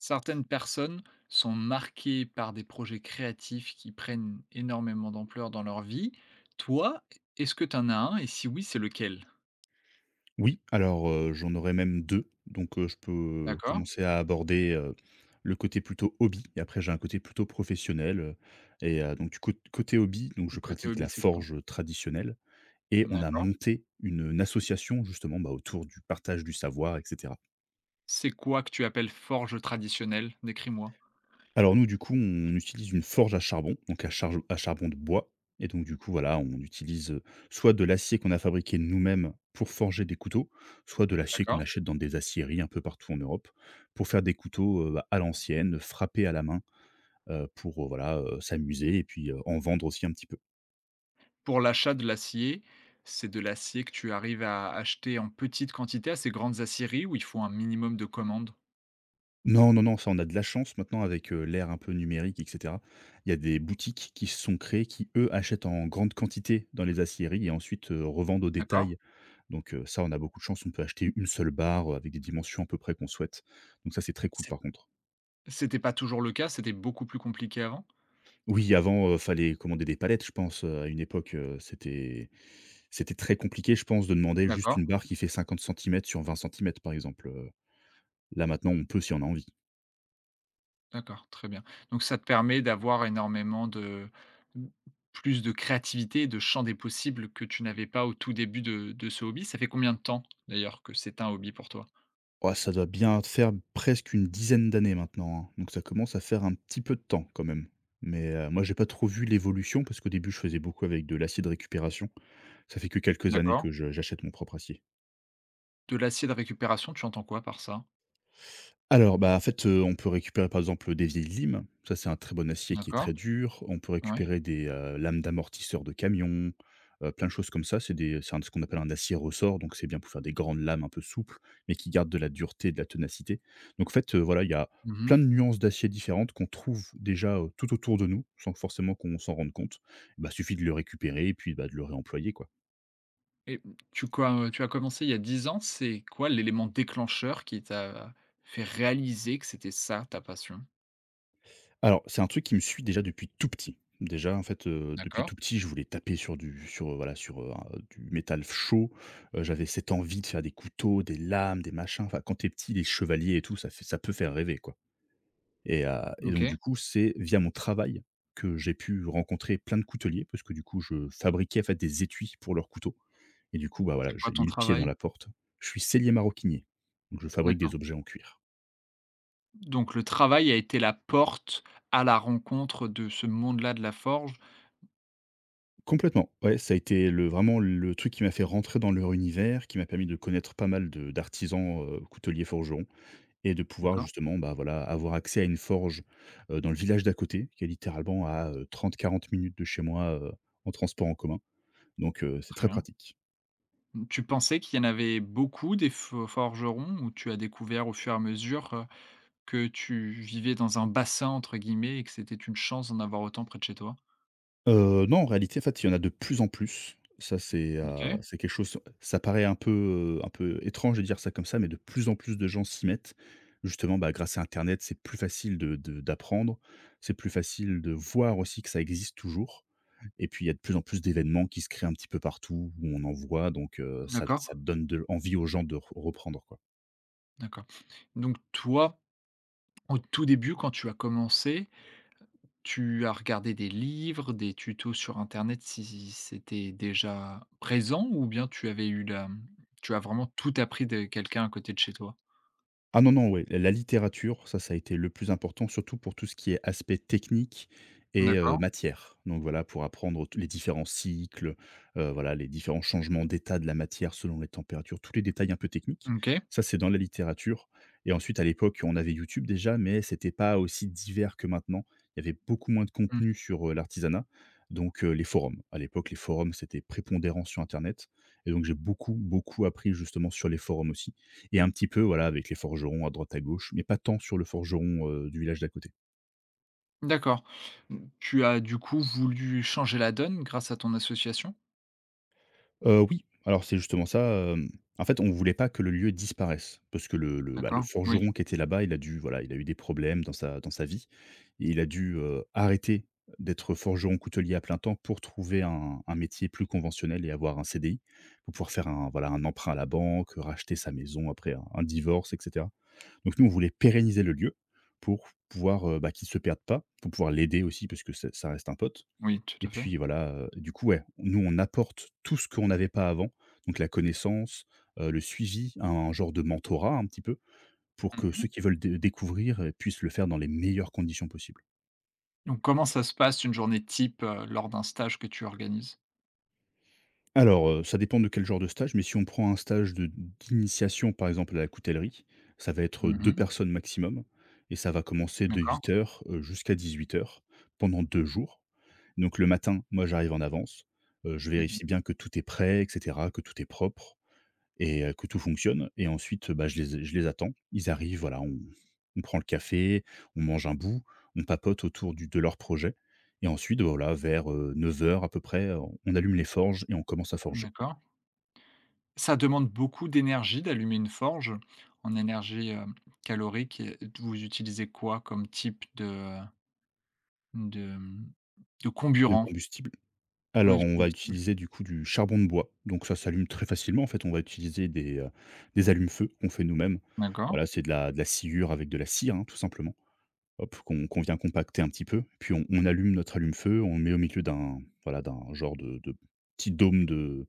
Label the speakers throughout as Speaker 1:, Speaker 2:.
Speaker 1: Certaines personnes sont marquées par des projets créatifs qui prennent énormément d'ampleur dans leur vie. Toi, est-ce que tu en as un et si oui, c'est lequel?
Speaker 2: Oui, alors, j'en aurais même 2, donc je peux
Speaker 1: D'accord.
Speaker 2: commencer à aborder, le côté plutôt hobby et après j'ai un côté plutôt professionnel, donc du cô côté hobby, donc
Speaker 1: Le
Speaker 2: je
Speaker 1: côté
Speaker 2: pratique
Speaker 1: hobby,
Speaker 2: la
Speaker 1: c'est quoi?
Speaker 2: forge traditionnelle et on a
Speaker 1: D'accord.
Speaker 2: monté une association justement, bah, autour du partage du savoir etc.
Speaker 1: C'est quoi que tu appelles forge traditionnelle? Décris-moi.
Speaker 2: Alors nous, du coup, on utilise une forge à charbon, donc à charbon de bois et donc du coup, voilà, on utilise, soit de l'acier qu'on a fabriqué nous-mêmes pour forger des couteaux, soit de l'acier qu'on
Speaker 1: D'accord.
Speaker 2: achète dans des aciéries un peu partout en Europe pour faire des couteaux, bah, à l'ancienne, frappés à la main, pour, voilà, s'amuser et puis, en vendre aussi un petit peu.
Speaker 1: Pour l'achat de l'acier, c'est de l'acier que tu arrives à acheter en petite quantité à ces grandes aciéries où il faut un minimum de commandes.
Speaker 2: Non, non, non, ça, on a de la chance maintenant avec, l'ère un peu numérique et cetera. Il y a des boutiques qui se sont créées qui, eux, achètent en grande quantité dans les aciéries et ensuite, revendent au
Speaker 1: D'accord.
Speaker 2: détail. Donc ça, on a beaucoup de chance, on peut acheter une seule barre, avec des dimensions à peu près qu'on souhaite. Donc ça, c'est très cool
Speaker 1: C'est
Speaker 2: par contre.
Speaker 1: c'était pas toujours le cas, c'était beaucoup plus compliqué avant?
Speaker 2: Oui, avant, fallait commander des palettes, je pense, à une époque, c'était très compliqué, je pense, de demander juste
Speaker 1: D'accord.
Speaker 2: une barre qui fait 50 centimètres sur 20 centimètres, par exemple. Là, maintenant, on peut si on a envie.
Speaker 1: D'accord, très bien. Donc ça te permet d'avoir énormément de mmh, plus de créativité, de champ des possibles que tu n'avais pas au tout début de ce hobby. Ça fait combien de temps d'ailleurs que c'est un hobby pour toi?
Speaker 2: Oh, ça doit bien faire presque une dizaine d'années maintenant, hein, donc ça commence à faire un petit peu de temps quand même. Mais moi, j'ai pas trop vu l'évolution parce qu'au début, je faisais beaucoup avec de l'acier de récupération. Ça fait que quelques années
Speaker 1: D'accord.
Speaker 2: que je j'achète mon propre acier.
Speaker 1: De l'acier de récupération, tu entends quoi par ça?
Speaker 2: Alors, bah, en fait, on peut récupérer, par exemple, des vieilles limes. Ça, c'est un très bon acier qui est
Speaker 1: D'accord,
Speaker 2: très dur. On peut
Speaker 1: ouais.
Speaker 2: récupérer des, lames d'amortisseurs de camions, plein de choses comme ça. C'est des c'est un ce qu'on appelle un acier ressort, donc c'est bien pour faire des grandes lames un peu souples, mais qui gardent de la dureté et de la ténacité. Donc en fait, voilà, il y a plein de
Speaker 1: Mmh
Speaker 2: nuances d'acier différentes qu'on trouve déjà, tout autour de nous, sans forcément qu'on s'en rende compte. Bah, suffit de le récupérer et puis, bah, de le réemployer, quoi.
Speaker 1: et tu as commencé il y a 10 ans, c'est quoi l'élément déclencheur qui t'a fait réaliser que c'était ça ta passion?
Speaker 2: Alors, c'est un truc qui me suit déjà depuis tout petit. Déjà, en fait, depuis
Speaker 1: D'accord,
Speaker 2: tout petit, je voulais taper sur, voilà, sur, un du métal chaud. J'avais cette envie de faire des couteaux, des lames, des machins. Enfin, quand t'es petit, les chevaliers et tout, ça peut faire rêver, quoi et heu et donc
Speaker 1: OK.
Speaker 2: du coup, c'est via mon travail que j'ai pu rencontrer plein de couteliers parce que du coup, je fabriquais, en fait, des étuis pour leurs couteaux et du coup, bah, voilà,
Speaker 1: C'est quoi
Speaker 2: j'ai
Speaker 1: ton
Speaker 2: mis le pied dans
Speaker 1: travail?
Speaker 2: la porte. Je suis sellier maroquinier, donc je fabrique
Speaker 1: D'accord.
Speaker 2: des objets en cuir.
Speaker 1: Donc le travail a été la porte à la rencontre de ce monde-là de la forge?
Speaker 2: Complètement. Ouais, ça a été le vraiment le truc qui m'a fait rentrer dans leur univers, qui m'a permis de connaître pas mal de d'artisans, couteliers, forgerons et de pouvoir
Speaker 1: D'accord,
Speaker 2: justement, bah, voilà, avoir accès à une forge, dans le village d'à côté, qui est littéralement à, trente 30-40 minutes de chez moi, en transport en commun. Donc, c'est
Speaker 1: très
Speaker 2: très
Speaker 1: bien.
Speaker 2: pratique.
Speaker 1: Tu pensais qu'il y en avait beaucoup des fo forgerons ou tu as découvert au fur et à mesure, que tu vivais dans un «bassin» entre guillemets et que c'était une chance d'en avoir autant près de chez toi?
Speaker 2: Non, en réalité, en fait, il y en a de plus en plus. Ça, c'est, heu,
Speaker 1: OK,
Speaker 2: c'est quelque chose ça paraît un peu étrange de dire ça comme ça, mais de plus en plus de gens s'y mettent. Justement, bah, grâce à internet, c'est plus facile de d'apprendre. C'est plus facile de voir aussi que ça existe toujours et puis, il y a de plus en plus d'événements qui se créent un petit peu partout où on en voit donc heu, ça
Speaker 1: d'accord,
Speaker 2: ça donne de envie aux gens de re reprendre, quoi.
Speaker 1: d'accord. Donc toi, au tout début, quand tu as commencé. Tu as regardé des livres, des tutos sur internet si c'était déjà présent ou bien tu avais eu la tu as vraiment tout appris de quelqu'un à côté de chez toi?
Speaker 2: Ah non, non, ouais, la littérature, ça a été le plus important, surtout pour tout ce qui est aspect technique et
Speaker 1: D'accord.
Speaker 2: matière. Donc voilà, pour apprendre tous les différents cycles, voilà, les différents changements d'état de la matière selon les températures, tous les détails un peu techniques.
Speaker 1: OK.
Speaker 2: Ça, c'est dans la littérature et ensuite à l'époque, on avait YouTube déjà, mais c'était pas aussi divers que maintenant. Il y avait beaucoup moins de
Speaker 1: Mmh.
Speaker 2: contenu sur, l'artisanat, donc les forums. À l'époque, les forums, c'était prépondérant sur internet et donc j'ai beaucoup, beaucoup appris justement sur les forums aussi et un petit peu, voilà, avec les forgerons à droite à gauche, mais pas tant sur le forgeron, du village d'à côté.
Speaker 1: D'accord. Mmh, Tu as du coup voulu changer la donne grâce à ton association?
Speaker 2: Oui, alors c'est justement ça, hem, en fait, on voulait pas que le lieu disparaisse parce que bah, le
Speaker 1: D'accord. Oui,
Speaker 2: forgeron qui était là-bas, il a dû, voilà, il a eu des problèmes dans sa vie et il a dû, arrêter d'être forgeron coutelier à plein temps pour trouver un métier plus conventionnel et avoir un CDI pour pouvoir faire un, voilà, un emprunt à la banque, racheter sa maison après un divorce et cetera. Donc nous, on voulait pérenniser le lieu pour pouvoir, bah, qu'il ne se perde pas, pour pouvoir l'aider aussi parce que ça reste un pote
Speaker 1: oui, tout
Speaker 2: et
Speaker 1: à fait.
Speaker 2: puis voilà, du coup, ouais, nous, on apporte tout ce qu'on n'avait pas avant, donc la connaissance, le suivi, un genre de mentorat un petit peu, pour que ceux
Speaker 1: Mmh
Speaker 2: qui veulent dé découvrir, puissent le faire dans les meilleures conditions possibles.
Speaker 1: Donc comment ça se passe une journée type, lors d'un stage que tu organises?
Speaker 2: Alors, ça dépend de quel genre de stage, mais si on prend un stage de d'initiation, par exemple à la coutellerie, ça va être 2
Speaker 1: Mmh.
Speaker 2: personnes maximum et ça va commencer de
Speaker 1: D'accord.
Speaker 2: 8 heures jusqu'à 18 heures pendant 2 jours. Donc le matin, moi j'arrive en avance, je
Speaker 1: Mmh.
Speaker 2: vérifie bien que tout est prêt et cetera, que tout est propre et que tout fonctionne et ensuite, bah, je les attends. Ils arrivent, voilà, on prend le café, on mange un bout, on papote autour du de leur projet et ensuite, bah, voilà, vers, 9 heures à peu près, on allume les forges et on commence à forger.
Speaker 1: D'accord. Ça demande beaucoup d'énergie d'allumer une forge. En énergie, calorique et vous utilisez quoi comme type de de de
Speaker 2: De
Speaker 1: comburant?
Speaker 2: combustible?
Speaker 1: Ouais,
Speaker 2: Alors,
Speaker 1: du
Speaker 2: on va
Speaker 1: combustible.
Speaker 2: utiliser du coup du charbon de bois, donc ça s'allume très facilement. En fait, on va utiliser des allumes-feu qu'on fait nous-mêmes.
Speaker 1: D'accord,
Speaker 2: Voilà, c'est de la sciure avec de la cire, hein, tout simplement. Hop, qu'on vient compacter un petit peu, puis on allume notre allume-feu, on le met au milieu d'un voilà, d'un genre de petit dôme de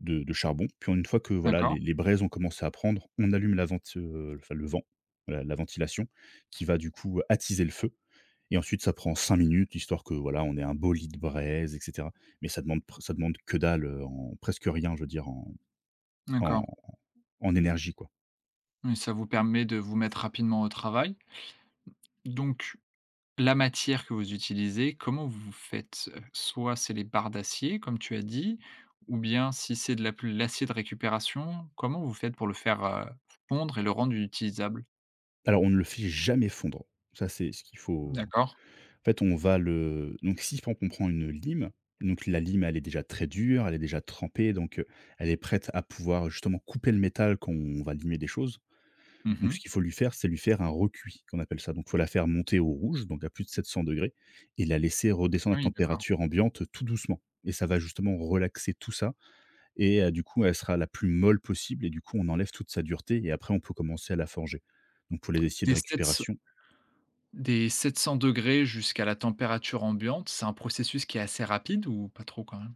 Speaker 2: de de charbon. Puis une fois que voilà,
Speaker 1: d'accord,
Speaker 2: les braises ont commencé à prendre, on allume la vente, enfin le vent, la la ventilation qui va du coup attiser le feu et ensuite ça prend 5 minutes histoire que voilà, on ait un beau lit de braises et cetera. Mais ça demande que dalle, en presque rien, je veux dire
Speaker 1: d'accord.
Speaker 2: en énergie, quoi.
Speaker 1: Et ça vous permet de vous mettre rapidement au travail. Donc la matière que vous utilisez, comment vous faites? Soit c'est les barres d'acier comme tu as dit, ou bien si c'est de la l'acier de récupération, comment vous faites pour le faire, fondre et le rendre utilisable?
Speaker 2: Alors, on ne le fait jamais fondre. Ça, c'est ce qu'il faut
Speaker 1: D'accord.
Speaker 2: en fait, on va le donc si par exemple on prend une lime, donc la lime, elle est déjà très dure, elle est déjà trempée, donc elle est prête à pouvoir justement couper le métal quand on va limer des choses. Donc ce
Speaker 1: Mmh.
Speaker 2: qu'il faut lui faire, c'est lui faire un recuit qu'on appelle ça. Donc il faut la faire monter au rouge, donc à plus de 700 degrés, et la laisser redescendre
Speaker 1: Ah
Speaker 2: à
Speaker 1: oui, d'accord.
Speaker 2: température ambiante tout doucement et ça va justement relaxer tout ça et du coup, elle sera la plus molle possible et du coup, on enlève toute sa dureté et après on peut commencer à la forger. Donc pour les essiers de
Speaker 1: Des sept
Speaker 2: récupération.
Speaker 1: des 700 degrés jusqu'à la température ambiante, c'est un processus qui est assez rapide ou pas trop quand même?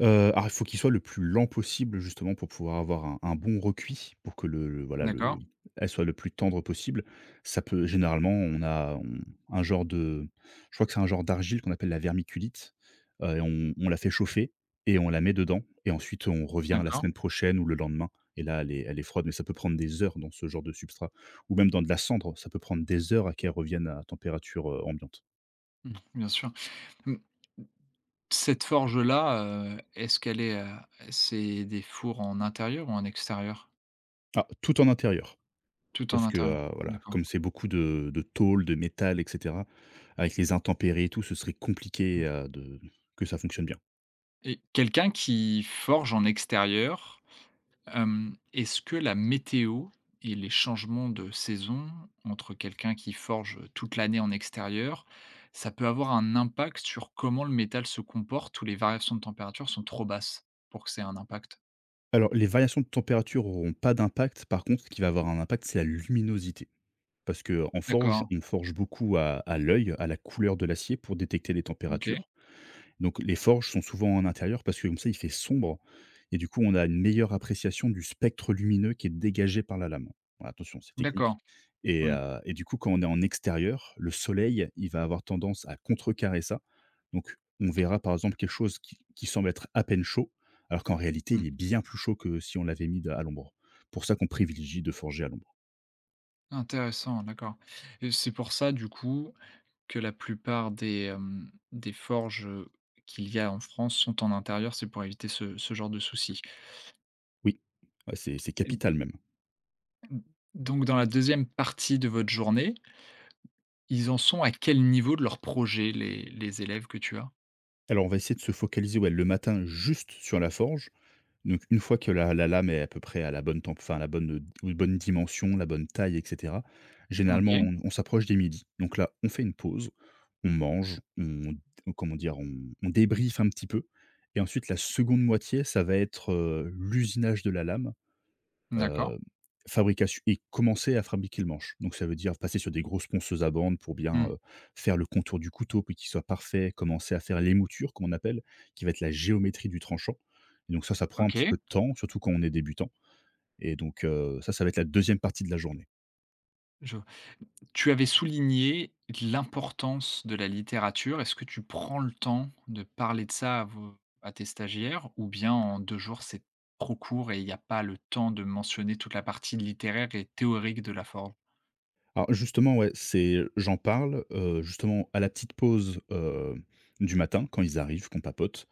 Speaker 2: Alors, il faut qu'il soit le plus lent possible justement pour pouvoir avoir un bon recuit, pour que le voilà
Speaker 1: D'accord,
Speaker 2: le elle soit le plus tendre possible. Ça peut généralement, on a on un genre de, je crois que c'est un genre d'argile qu'on appelle la vermiculite, et on la fait chauffer et on la met dedans et ensuite on revient la
Speaker 1: d'accord.
Speaker 2: semaine prochaine ou le lendemain et là elle est froide, mais ça peut prendre des heures dans ce genre de substrat ou même dans de la cendre, ça peut prendre des heures à qu'elle revienne à température, ambiante.
Speaker 1: Mmh, bien sûr. Mmh, Cette forge-là, est-ce qu'elle est, c'est des fours en intérieur ou en extérieur?
Speaker 2: Ah, tout en intérieur.
Speaker 1: Tout en
Speaker 2: Parce que,
Speaker 1: intérieur,
Speaker 2: voilà,
Speaker 1: d'accord.
Speaker 2: comme c'est beaucoup de tôle, de métal et cetera, avec les intempéries et tout, ce serait compliqué,
Speaker 1: Mmh
Speaker 2: de que ça fonctionne bien.
Speaker 1: et quelqu'un qui forge en extérieur. Est-ce que la météo et les changements de saison entre quelqu'un qui forge toute l'année en extérieur, ça peut avoir un impact sur comment le métal se comporte ou les variations de température sont trop basses pour que c'est un impact?
Speaker 2: Alors, les variations de température n'auront pas d'impact. Par contre, ce qui va avoir un impact, c'est la luminosité. Parce que en forge,
Speaker 1: D'accord,
Speaker 2: on forge beaucoup à l'œil, à la couleur de l'acier pour détecter les
Speaker 1: OK.
Speaker 2: températures. Donc les forges sont souvent en intérieur parce que comme ça, il fait sombre et du coup, on a une meilleure appréciation du spectre lumineux qui est dégagé par la lame. Voilà, attention, c'est
Speaker 1: D'accord.
Speaker 2: technique et
Speaker 1: Ouais,
Speaker 2: heu et du coup, quand on est en extérieur, le soleil, il va avoir tendance à contrecarrer ça. Donc on verra, par exemple, quelque chose qui semble être à peine chaud, alors qu'en réalité,
Speaker 1: mmh.
Speaker 2: il est bien plus chaud que si on l'avait mis à l'ombre. Pour ça qu'on privilégie de forger à l'ombre.
Speaker 1: Intéressant, d'accord, et c'est pour ça du coup que la plupart des forges, qu'il y a en France sont en intérieur, c'est pour éviter ce genre de souci.
Speaker 2: Oui, ouais, c'est
Speaker 1: Et
Speaker 2: capital même.
Speaker 1: donc dans la deuxième partie de votre journée. Ils en sont à quel niveau de leur projet, les élèves que tu as?
Speaker 2: Alors on va essayer de se focaliser, ouais, le matin juste sur la forge. Donc une fois que la lame est à peu près à la bonne temp enfin à la bonne, aux bonnes dimensions, la bonne taille et cetera, généralement
Speaker 1: OK,
Speaker 2: on s'approche des midis. Donc là, on fait une pause, on mange, on comment dire? On débriefe un petit peu et ensuite la seconde moitié, ça va être, l'usinage de la lame.
Speaker 1: d'accord.
Speaker 2: Heu, Fabrication et commencer à fabriquer le manche. Donc ça veut dire passer sur des grosses ponceuses à bandes pour bien,
Speaker 1: Mmh.
Speaker 2: faire le contour du couteau puis qu'il soit parfait, commencer à faire l'émouture comme on appelle, qui va être la géométrie du tranchant. Et donc ça prend un petit
Speaker 1: OK.
Speaker 2: peu de temps, surtout quand on est débutant et donc ça, ça va être la deuxième partie de la journée.
Speaker 1: Je tu avais souligné l'importance de la littérature. Est-ce que tu prends le temps de parler de ça à tes stagiaires ou bien en 2 jours, c'est trop court et il n'y a pas le temps de mentionner toute la partie littéraire et théorique de la forme.
Speaker 2: Alors justement, ouais, c'est j'en parle, justement à la petite pause, du matin quand ils arrivent, qu'on papote.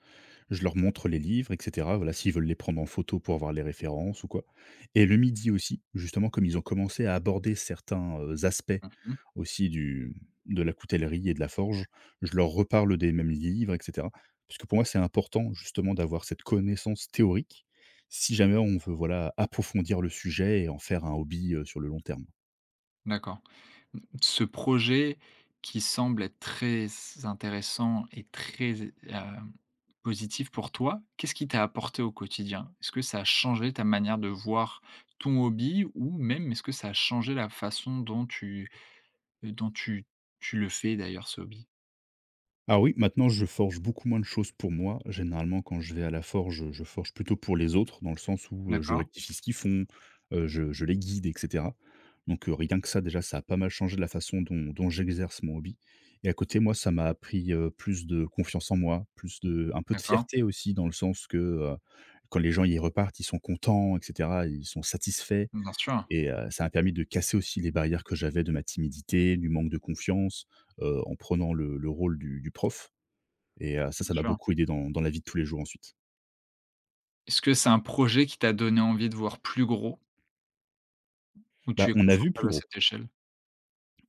Speaker 2: Je leur montre les livres et cetera, voilà, s'ils veulent les prendre en photo pour avoir les références ou quoi, et le midi aussi, justement, comme ils ont commencé à aborder certains, aspects
Speaker 1: Mmh.
Speaker 2: aussi du de la coutellerie et de la forge, je leur reparle des mêmes livres et cetera. Parce que pour moi, c'est important justement d'avoir cette connaissance théorique, si jamais on veut, voilà, approfondir le sujet et en faire un hobby, sur le long terme.
Speaker 1: D'accord. Ce projet qui semble être très intéressant et très, positif pour toi, qu'est-ce qui t'a apporté au quotidien? Est-ce que ça a changé ta manière de voir ton hobby ou même est-ce que ça a changé la façon dont tu le fais d'ailleurs ce hobby?
Speaker 2: Ah oui, maintenant je forge beaucoup moins de choses pour moi. Généralement, quand je vais à la forge, je forge plutôt pour les autres, dans le sens où je
Speaker 1: D'accord,
Speaker 2: rectifie ce qu'ils font, je les guide, etc. Donc rien que ça, déjà, ça a pas mal changé de la façon dont j'exerce mon hobby. Et à côté, moi, ça m'a appris plus de confiance en moi, plus de, un peu de
Speaker 1: d'accord.
Speaker 2: fierté aussi, dans le sens que quand les gens y repartent, ils sont contents, etc. Ils sont satisfaits.
Speaker 1: Bien sûr,
Speaker 2: Et ça m'a permis de casser aussi les barrières que j'avais de ma timidité, du manque de confiance en prenant le rôle du prof. Et ça,
Speaker 1: bien
Speaker 2: ça m'a
Speaker 1: sûr.
Speaker 2: beaucoup aidé dans la vie de tous les jours ensuite.
Speaker 1: Est-ce que c'est un projet qui t'a donné envie de voir plus gros ou tu
Speaker 2: Bah,
Speaker 1: es
Speaker 2: on a vu plus
Speaker 1: confortable à
Speaker 2: gros.
Speaker 1: cette échelle?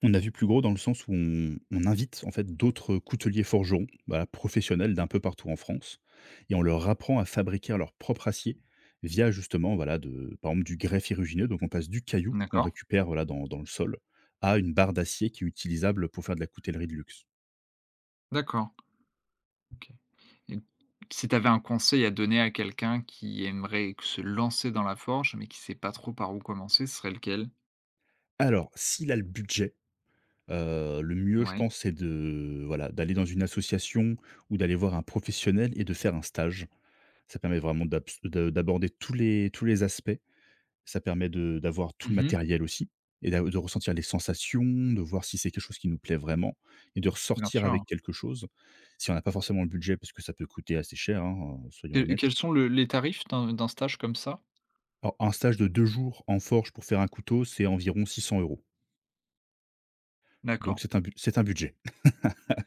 Speaker 2: On a vu plus gros dans le sens où on invite en fait d'autres couteliers forgerons, voilà, professionnels d'un peu partout en France, et on leur apprend à fabriquer leur propre acier via justement, voilà, de par exemple, du grès ferrugineux. Donc on passe du caillou qu'on
Speaker 1: D'accord,
Speaker 2: récupère, voilà, dans dans le sol à une barre d'acier qui est utilisable pour faire de la coutellerie de luxe.
Speaker 1: d'accord. OK. Mmh. Si tu avais un conseil à donner à quelqu'un qui aimerait se lancer dans la forge, mais qui sait pas trop par où commencer, ce serait lequel?
Speaker 2: Alors s'il a le budget, le mieux je
Speaker 1: Ouais.
Speaker 2: pense c'est de, voilà, d'aller dans une association ou d'aller voir un professionnel et de faire un stage. Ça permet vraiment d'aborder tous les aspects. Ça permet de d'avoir tout le
Speaker 1: Mmh.
Speaker 2: matériel aussi et d'a de ressentir les sensations, de voir si c'est quelque chose qui nous plaît vraiment et de
Speaker 1: Bien
Speaker 2: ressortir
Speaker 1: sûr.
Speaker 2: avec quelque chose. Si on n'a pas forcément le budget, parce que ça peut coûter assez cher, hein, soyons
Speaker 1: Quels
Speaker 2: honnêtes.
Speaker 1: sont le les tarifs d'un stage comme ça?
Speaker 2: Alors un stage de 2 jours en forge pour faire un couteau, c'est environ 600 euros.
Speaker 1: D'accord.
Speaker 2: Donc c'est un bu c'est un budget.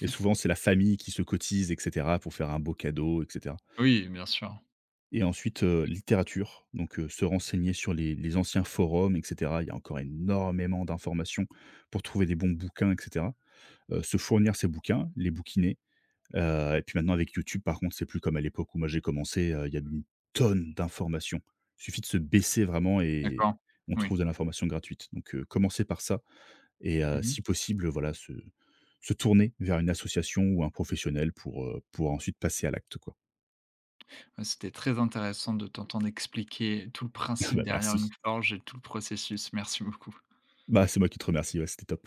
Speaker 2: Et souvent, c'est la famille qui se cotise et cetera pour faire un beau cadeau et cetera.
Speaker 1: Oui, bien sûr.
Speaker 2: Et ensuite, littérature, donc se renseigner sur les anciens forums et cetera. Il y a encore énormément d'informations pour trouver des bons bouquins et cetera. Se fournir ces bouquins, les bouquiner, et puis maintenant avec YouTube, par contre, c'est plus comme à l'époque où moi j'ai commencé, il y a une tonne d'informations. Il suffit de se baisser vraiment
Speaker 1: D'accord.
Speaker 2: et on
Speaker 1: Oui.
Speaker 2: trouve de l'information gratuite. Donc commencer par ça et
Speaker 1: Mmh mh.
Speaker 2: si possible, voilà, se se tourner vers une association ou un professionnel pour ensuite passer à l'acte, quoi.
Speaker 1: Bah, c'était très intéressant de t'entendre expliquer tout le principe
Speaker 2: Bah,
Speaker 1: derrière
Speaker 2: merci.
Speaker 1: une forge et tout le processus. Merci beaucoup.
Speaker 2: Bah, c'est moi qui te remercie, ouais, c'était top.